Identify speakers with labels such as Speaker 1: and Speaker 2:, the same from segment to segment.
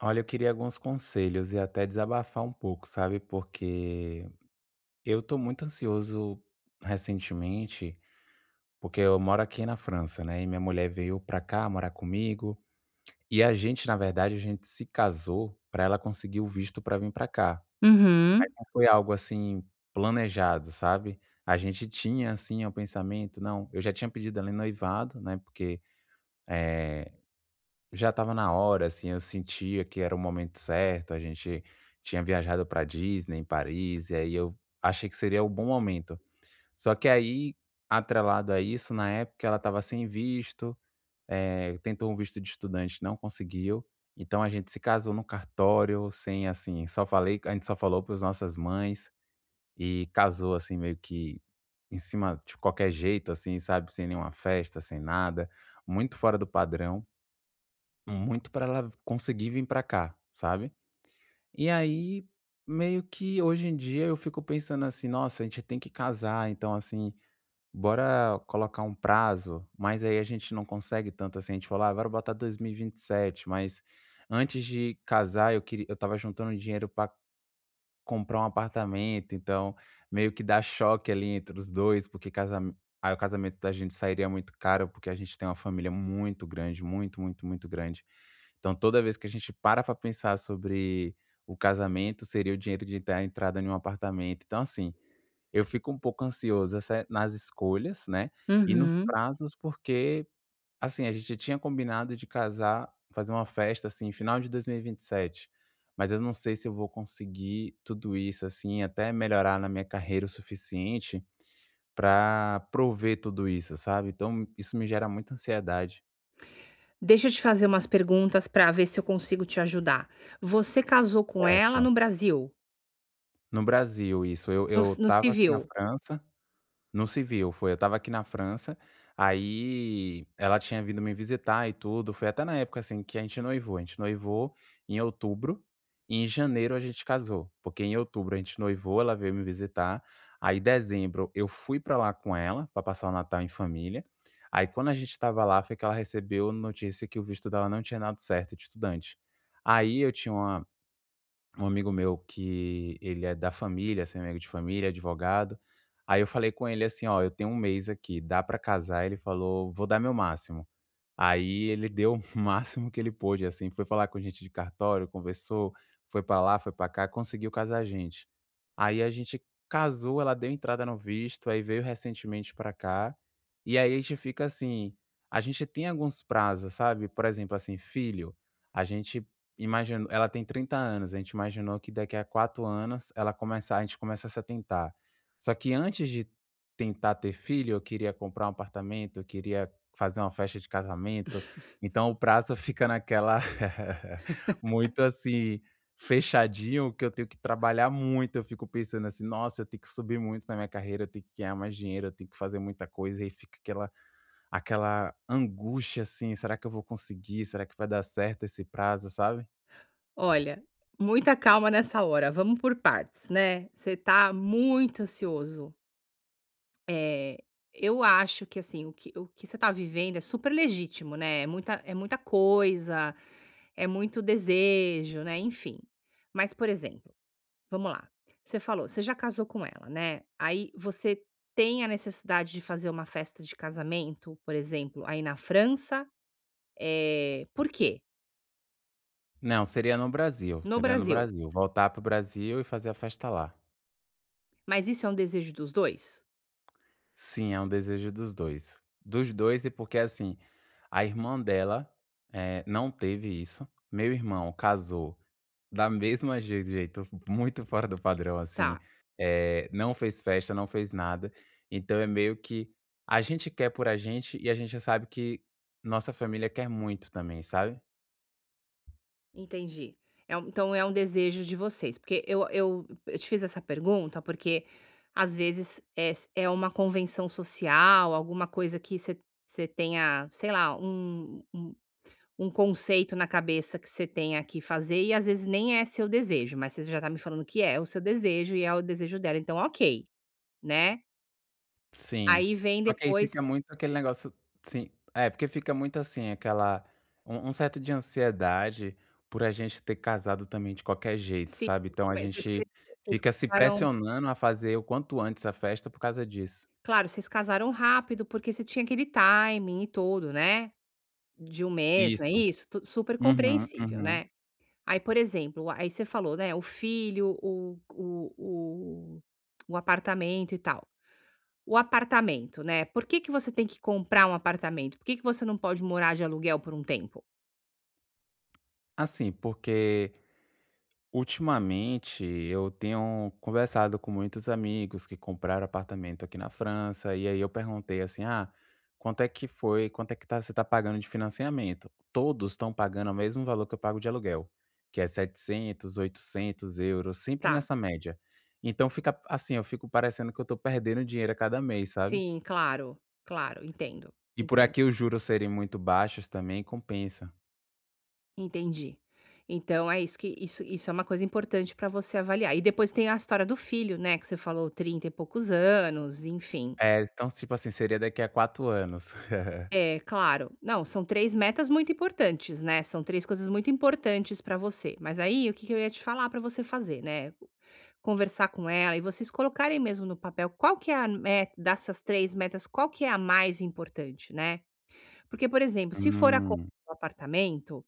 Speaker 1: Olha, eu queria alguns conselhos e até desabafar um pouco, sabe? Porque eu tô muito ansioso recentemente, porque eu moro aqui na França, né? E minha mulher veio pra cá morar comigo. E a gente, na verdade, a gente se casou pra ela conseguir o visto pra vir pra cá.
Speaker 2: Uhum,
Speaker 1: Não foi algo assim planejado, sabe? A gente tinha assim o pensamento, não, eu já tinha pedido ela em noivado, né? Eh, Já estava na hora, assim, eu sentia que era o momento certo, a gente tinha viajado para Disney, em Paris, e aí eu achei que seria o bom momento. Só que aí, atrelado a isso, na época ela estava sem visto, tentou um visto de estudante, não conseguiu. Então a gente se casou no cartório, sem assim, só falei a gente só falou para as nossas mães e casou, assim, meio que em cima de qualquer jeito, assim, sabe, sem nenhuma festa, sem nada, muito fora do padrão. Muito para ela conseguir vir para cá, sabe. E aí, meio que hoje em dia eu fico pensando assim: "Nossa, a gente tem que casar, então, assim, bora colocar um prazo", mas aí a gente não consegue tanto, assim, a gente falou: "Ah, bora botar 2027". Mas antes de casar eu queria, eu estava juntando dinheiro para comprar um apartamento, então meio que dá choque ali entre os 2 porque casam, aí o casamento da gente sairia muito caro, porque a gente tem uma família muito grande, muito, muito, muito grande. Então toda vez que a gente para pensar sobre o casamento, seria o dinheiro de dar entrada em um apartamento. Então assim, eu fico um pouco ansioso, essa é nas escolhas, né, e nos
Speaker 2: uhum.
Speaker 1: prazos, porque assim, a gente tinha combinado de casar, fazer uma festa, assim, final de dois mil e vinte e sete, mas eu não sei se eu vou conseguir tudo isso, assim, até melhorar na minha carreira o suficiente pra prover tudo isso, sabe. Então isso me gera muita ansiedade.
Speaker 2: Deixa eu te fazer umas perguntas para ver se eu consigo te ajudar. Você casou com ela
Speaker 1: Certo.
Speaker 2: no Brasil,
Speaker 1: No Brasil, isso. Eu
Speaker 2: no
Speaker 1: eu
Speaker 2: ci no
Speaker 1: tava aqui
Speaker 2: civil.
Speaker 1: na França. Não se viu, foi. Eu tava aqui na França, aí ela tinha vindo me visitar e tudo. Foi até na época, assim, que a gente noivou. A gente noivou em outubro e em janeiro a gente casou. Porque em outubro a gente noivou, ela veio me visitar. Aí, em dezembro, eu fui pra lá com ela, pra passar o Natal em família. Aí, quando a gente tava lá, foi que ela recebeu notícia que o visto dela não tinha dado certo de estudante. Aí eu tinha uma um amigo meu que ele é da família, assim, amigo de família, advogado. Aí eu falei com ele assim: "Ó, eu tenho um mês aqui, dá pra casar?" Ele falou: "Vou dar meu máximo". Aí ele deu o máximo que ele pôde, assim, foi falar com gente de cartório, conversou, foi pra lá, foi pra cá, conseguiu casar a gente. Aí a gente casou, ela deu entrada no visto, aí veio recentemente pra cá, e aí a gente fica assim, a gente tem alguns prazos, sabe? Por exemplo, assim, filho, a gente imaginou, ela tem 30 anos, a gente imaginou que daqui a 4 anos ela começar, a gente começa a se atentar. Só que antes de tentar ter filho, eu queria comprar um apartamento, eu queria fazer uma festa de casamento, então o prazo fica naquela muito assim, fechadinho, que eu tenho que trabalhar muito, eu fico pensando assim: "Nossa, eu tenho que subir muito na minha carreira, eu tenho que ganhar mais dinheiro, eu tenho que fazer muita coisa", e fica aquela aquela angústia, assim: "Será que eu vou conseguir? Será que vai dar certo esse prazo?", sabe.
Speaker 2: Olha, muita calma nessa hora, vamos por partes, né. Você tá muito ansioso. Eh, eu acho que, assim, o que você tá vivendo é super legítimo, né, é muita coisa, é muito desejo, né, enfim. Mas, por exemplo Vamos lá. Você falou, você já casou com ela, né? Aí você tem a necessidade de fazer uma festa de casamento, por exemplo, aí na França. Por quê?
Speaker 1: Não, seria no Brasil,
Speaker 2: No
Speaker 1: seria no
Speaker 2: Brasil.
Speaker 1: Brasil. Voltar para o Brasil e fazer a festa lá.
Speaker 2: Mas isso é um desejo dos dois?
Speaker 1: Sim, é um desejo dos dois. Dos dois, e porque, assim, a irmã dela, não teve isso. Meu irmão casou da mesma je jeito, muito fora do padrão,
Speaker 2: Tá,
Speaker 1: assim, não fez festa, não fez nada. Então é meio que a gente quer, por a gente e a gente sabe que nossa família quer muito também, sabe?
Speaker 2: entendi. Então é um desejo de vocês. Porque eu te fiz essa pergunta porque às vezes é uma convenção social, alguma coisa que você tenha, sei lá, um conceito na cabeça que você tenha que fazer e às vezes nem é seu desejo, mas você já tá me falando que é o seu desejo e é o desejo dela, então ok, né.
Speaker 1: Sim.
Speaker 2: Aí vem
Speaker 1: Só que aí fica
Speaker 2: depois,
Speaker 1: muito aquele negócio, sim, é, porque fica muito assim, aquela um certo de ansiedade por a gente ter casado também de qualquer jeito,
Speaker 2: sim.
Speaker 1: sabe. Então a
Speaker 2: come vocês cre
Speaker 1: gente
Speaker 2: vocês
Speaker 1: fica se
Speaker 2: casaram
Speaker 1: pressionando a fazer o quanto antes a festa por causa disso.
Speaker 2: Claro, vocês casaram rápido, porque você tinha aquele timing e tudo, né, de um mês, não é
Speaker 1: Isso.
Speaker 2: isso? Tu super
Speaker 1: Uhum,
Speaker 2: compreensível,
Speaker 1: uhum.
Speaker 2: né. Aí, por exemplo, aí você falou, né, o filho, o apartamento e tal. O apartamento, né, por que que você tem que comprar um apartamento? Por que que você não pode morar de aluguel por um tempo?
Speaker 1: Assim, porque ultimamente, eu tenho conversado com muitos amigos que compraram apartamento aqui na França, e aí eu perguntei assim: "Ah, quanto é que foi? Quanto é que tá, você está pagando de financiamento?". Todos estão pagando o mesmo valor que eu pago de aluguel, que é 700, 800 euros sempre
Speaker 2: Tá,
Speaker 1: nessa média. Então fica assim, eu fico parecendo que eu estou perdendo dinheiro a cada mês, sabe.
Speaker 2: sim, claro, claro, entendo,
Speaker 1: E por
Speaker 2: entendo,
Speaker 1: aqui os juros serem muito baixos também compensa.
Speaker 2: entendi. Então é isso, que isso isso é uma coisa importante para você avaliar. E depois tem a história do filho, né, que você falou 30 e poucos anos, enfim.
Speaker 1: É, então tipo assim, seria daqui a 4 anos.
Speaker 2: É, claro. Não, são 3 metas muito importantes, né, são 3 coisas muito importantes para você. Mas aí, o que que eu ia te falar para você fazer, né, conversar com ela e vocês colocarem mesmo no papel qual que é a me dessas 3 metas, qual que é a mais importante, né. Porque, por exemplo, se for a compra
Speaker 1: Hum.
Speaker 2: do apartamento,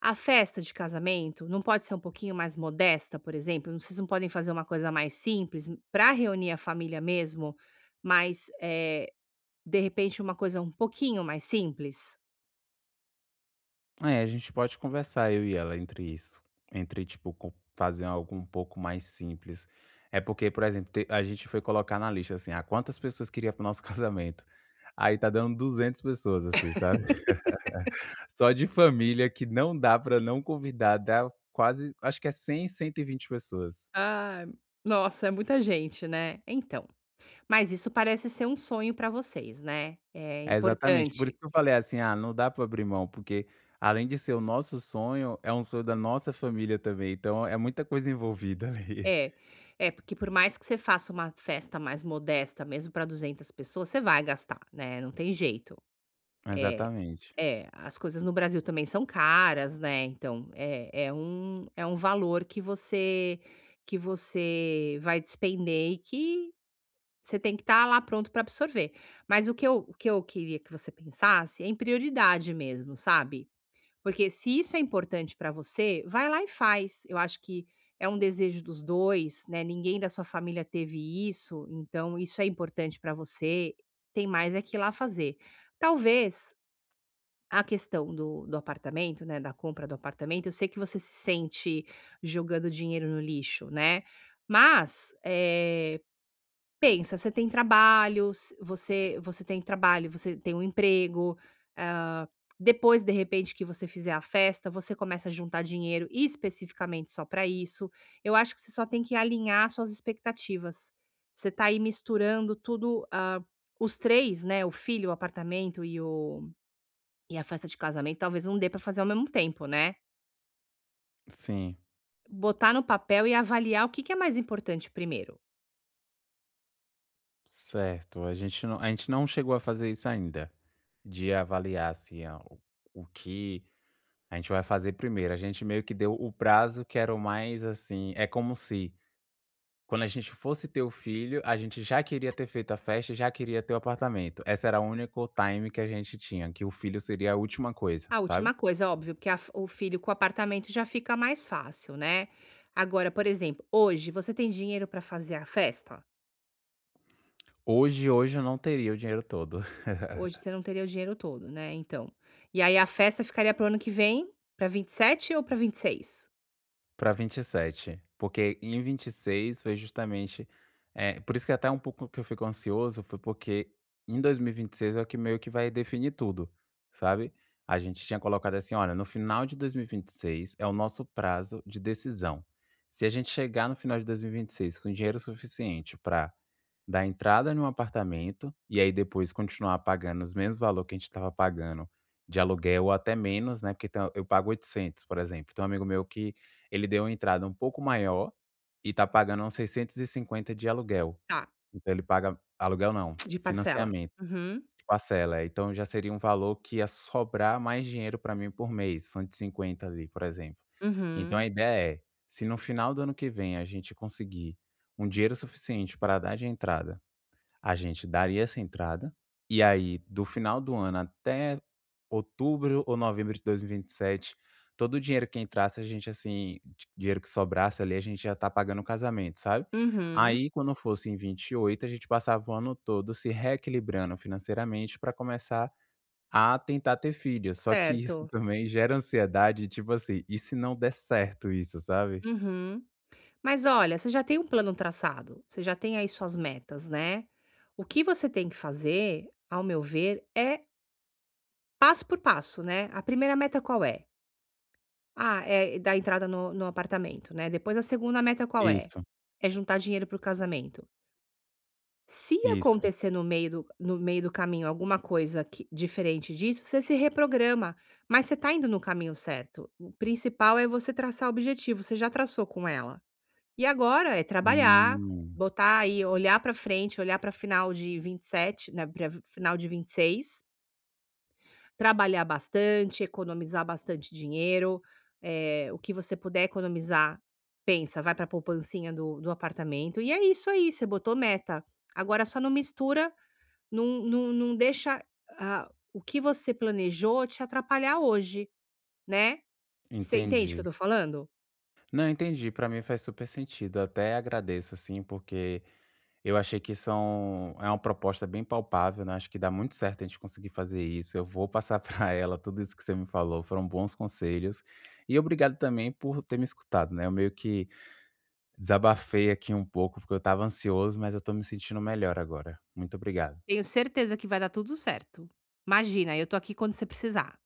Speaker 2: a festa de casamento não pode ser um pouquinho mais modesta, por exemplo? Não, vocês não podem fazer uma coisa mais simples para reunir a família mesmo, mas, de repente uma coisa um pouquinho mais simples?
Speaker 1: É, a gente pode conversar, eu e ela, entre isso. Entre, tipo, fazer algo um pouco mais simples. É porque, por exemplo, a gente foi colocar na lista, assim, ah, quantas pessoas queria pro nosso casamento? Aí tá dando 200 pessoas, assim, sabe? Só de família que não dá pra não convidar, dá quase, acho que é 100, 120 pessoas.
Speaker 2: Ah, nossa, é muita gente, né? Então, mas isso parece ser um sonho para vocês, né? É
Speaker 1: É exatamente. Por isso
Speaker 2: importante.
Speaker 1: que eu falei assim, ah, não dá pra abrir mão, porque além de ser o nosso sonho, é um sonho da nossa família também. Então é muita coisa envolvida ali.
Speaker 2: É, é porque por mais que você faça uma festa mais modesta, mesmo para 200 pessoas, você vai gastar, né, não tem jeito. É,
Speaker 1: Exatamente.
Speaker 2: é, as coisas no Brasil também são caras, né, então é um valor que você vai despender e que você tem que estar lá pronto para absorver. Mas o que eu queria que você pensasse é em prioridade mesmo, sabe. Porque se isso é importante para você, vai lá e faz. Eu acho que é um desejo dos 2, né, ninguém da sua família teve isso, então isso é importante para você, tem mais é que ir lá fazer. Talvez a questão do apartamento, né, da compra do apartamento, eu sei que você se sente jogando dinheiro no lixo, né, mas, pensa, você tem trabalho, você tem um emprego, ah, depois, de repente, que você fizer a festa, você começa a juntar dinheiro especificamente só para isso. Eu acho que você só tem que alinhar suas expectativas. Você tá aí misturando tudo, os três, né, o filho, o apartamento e a festa de casamento talvez não dê pra fazer ao mesmo tempo, né.
Speaker 1: Sim.
Speaker 2: Botar no papel e avaliar o que que é mais importante primeiro.
Speaker 1: Certo, a gente não chegou a fazer isso ainda, de avaliar, assim, a o que a gente vai fazer primeiro. A gente meio que deu o prazo que era o mais, assim é como se, quando a gente fosse ter o filho, a gente já queria ter feito a festa, já queria ter o apartamento. Essa era a único time que a gente tinha, que o filho seria a última coisa,
Speaker 2: A
Speaker 1: sabe.
Speaker 2: última coisa, óbvio, porque a f o filho com o apartamento já fica mais fácil, né. Agora, por exemplo, hoje você tem dinheiro pra fazer a festa?
Speaker 1: Hoje, hoje eu não teria o dinheiro todo.
Speaker 2: Hoje você não teria o dinheiro todo, né, então. E aí a festa ficaria para o ano que vem, pra 27 ou pra 26?
Speaker 1: Para 27, porque em 26 foi justamente, é por isso que é até um pouco que eu fico ansioso, foi porque em dois mil e vinte e seis é o que meio que vai definir tudo, sabe. A gente tinha colocado assim: "Olha, no final de dois mil e vinte e seis é o nosso prazo de decisão. Se a gente chegar no final de dois mil e vinte e seis com dinheiro suficiente para dar entrada em um apartamento, e aí depois continuar pagando os mesmos valor que a gente estava pagando de aluguel ou até menos, né", porque tem, eu pago 800, por exemplo, tem um amigo meu que ele deu uma entrada um pouco maior e tá pagando uns 650 de aluguel.
Speaker 2: Tá,
Speaker 1: Então ele paga aluguel não,
Speaker 2: de parcela.
Speaker 1: financiamento,
Speaker 2: Uhum,
Speaker 1: parcela, então já seria um valor que ia sobrar mais dinheiro para mim por mês, 150 ali, por exemplo. Então
Speaker 2: uhum,
Speaker 1: a ideia é, se no final do ano que vem a gente conseguir um dinheiro suficiente para dar de entrada, a gente daria essa entrada, e aí do final do ano até outubro ou novembro de dois mil e vinte e sete, todo o dinheiro que entrasse a gente, assim, di dinheiro que sobrasse ali, a gente já tá pagando o casamento, sabe.
Speaker 2: uhum.
Speaker 1: Aí quando fosse em 28 a gente passava o ano todo se reequilibrando financeiramente para começar a tentar ter filhos, só que isso
Speaker 2: Certo.
Speaker 1: também gera ansiedade, tipo assim, e se não der certo isso, sabe.
Speaker 2: Uhum. Mas olha, você já tem um plano traçado, você já tem aí suas metas, né? O que você tem que fazer, ao meu ver, é passo por passo, né? A primeira meta qual é? Ah, é dar entrada no apartamento, né? Depois a segunda meta qual é?
Speaker 1: Isso,
Speaker 2: É juntar dinheiro para o casamento. Se
Speaker 1: isso.
Speaker 2: acontecer no meio do caminho alguma coisa diferente disso, você se reprograma. Mas você está indo no caminho certo. O principal é você traçar o objetivo, você já traçou com ela. E agora é trabalhar,
Speaker 1: Hum,
Speaker 2: botar aí, olhar para frente, olhar para final de 27, né, para final de 26, trabalhar bastante, economizar bastante dinheiro, o que você puder economizar, pensa, vai pra poupancinha do apartamento, e é isso aí, você botou meta. Agora só não mistura, não, não, não deixa, o que você planejou te atrapalhar hoje, né. Você entende o que
Speaker 1: entendi.
Speaker 2: eu tô falando?
Speaker 1: Não, entendi. Pra mim faz super sentido. Até agradeço, assim, porque eu achei que são é uma proposta bem palpável, né? Acho que dá muito certo a gente conseguir fazer isso. Eu vou passar pra ela tudo isso que você me falou. Foram bons conselhos. E obrigado também por ter me escutado, né? Eu meio que desabafei aqui um pouco, porque eu estava ansioso, mas eu tô me sentindo melhor agora. Muito obrigado.
Speaker 2: Tenho certeza que vai dar tudo certo. Imagina, eu tô aqui quando você precisar.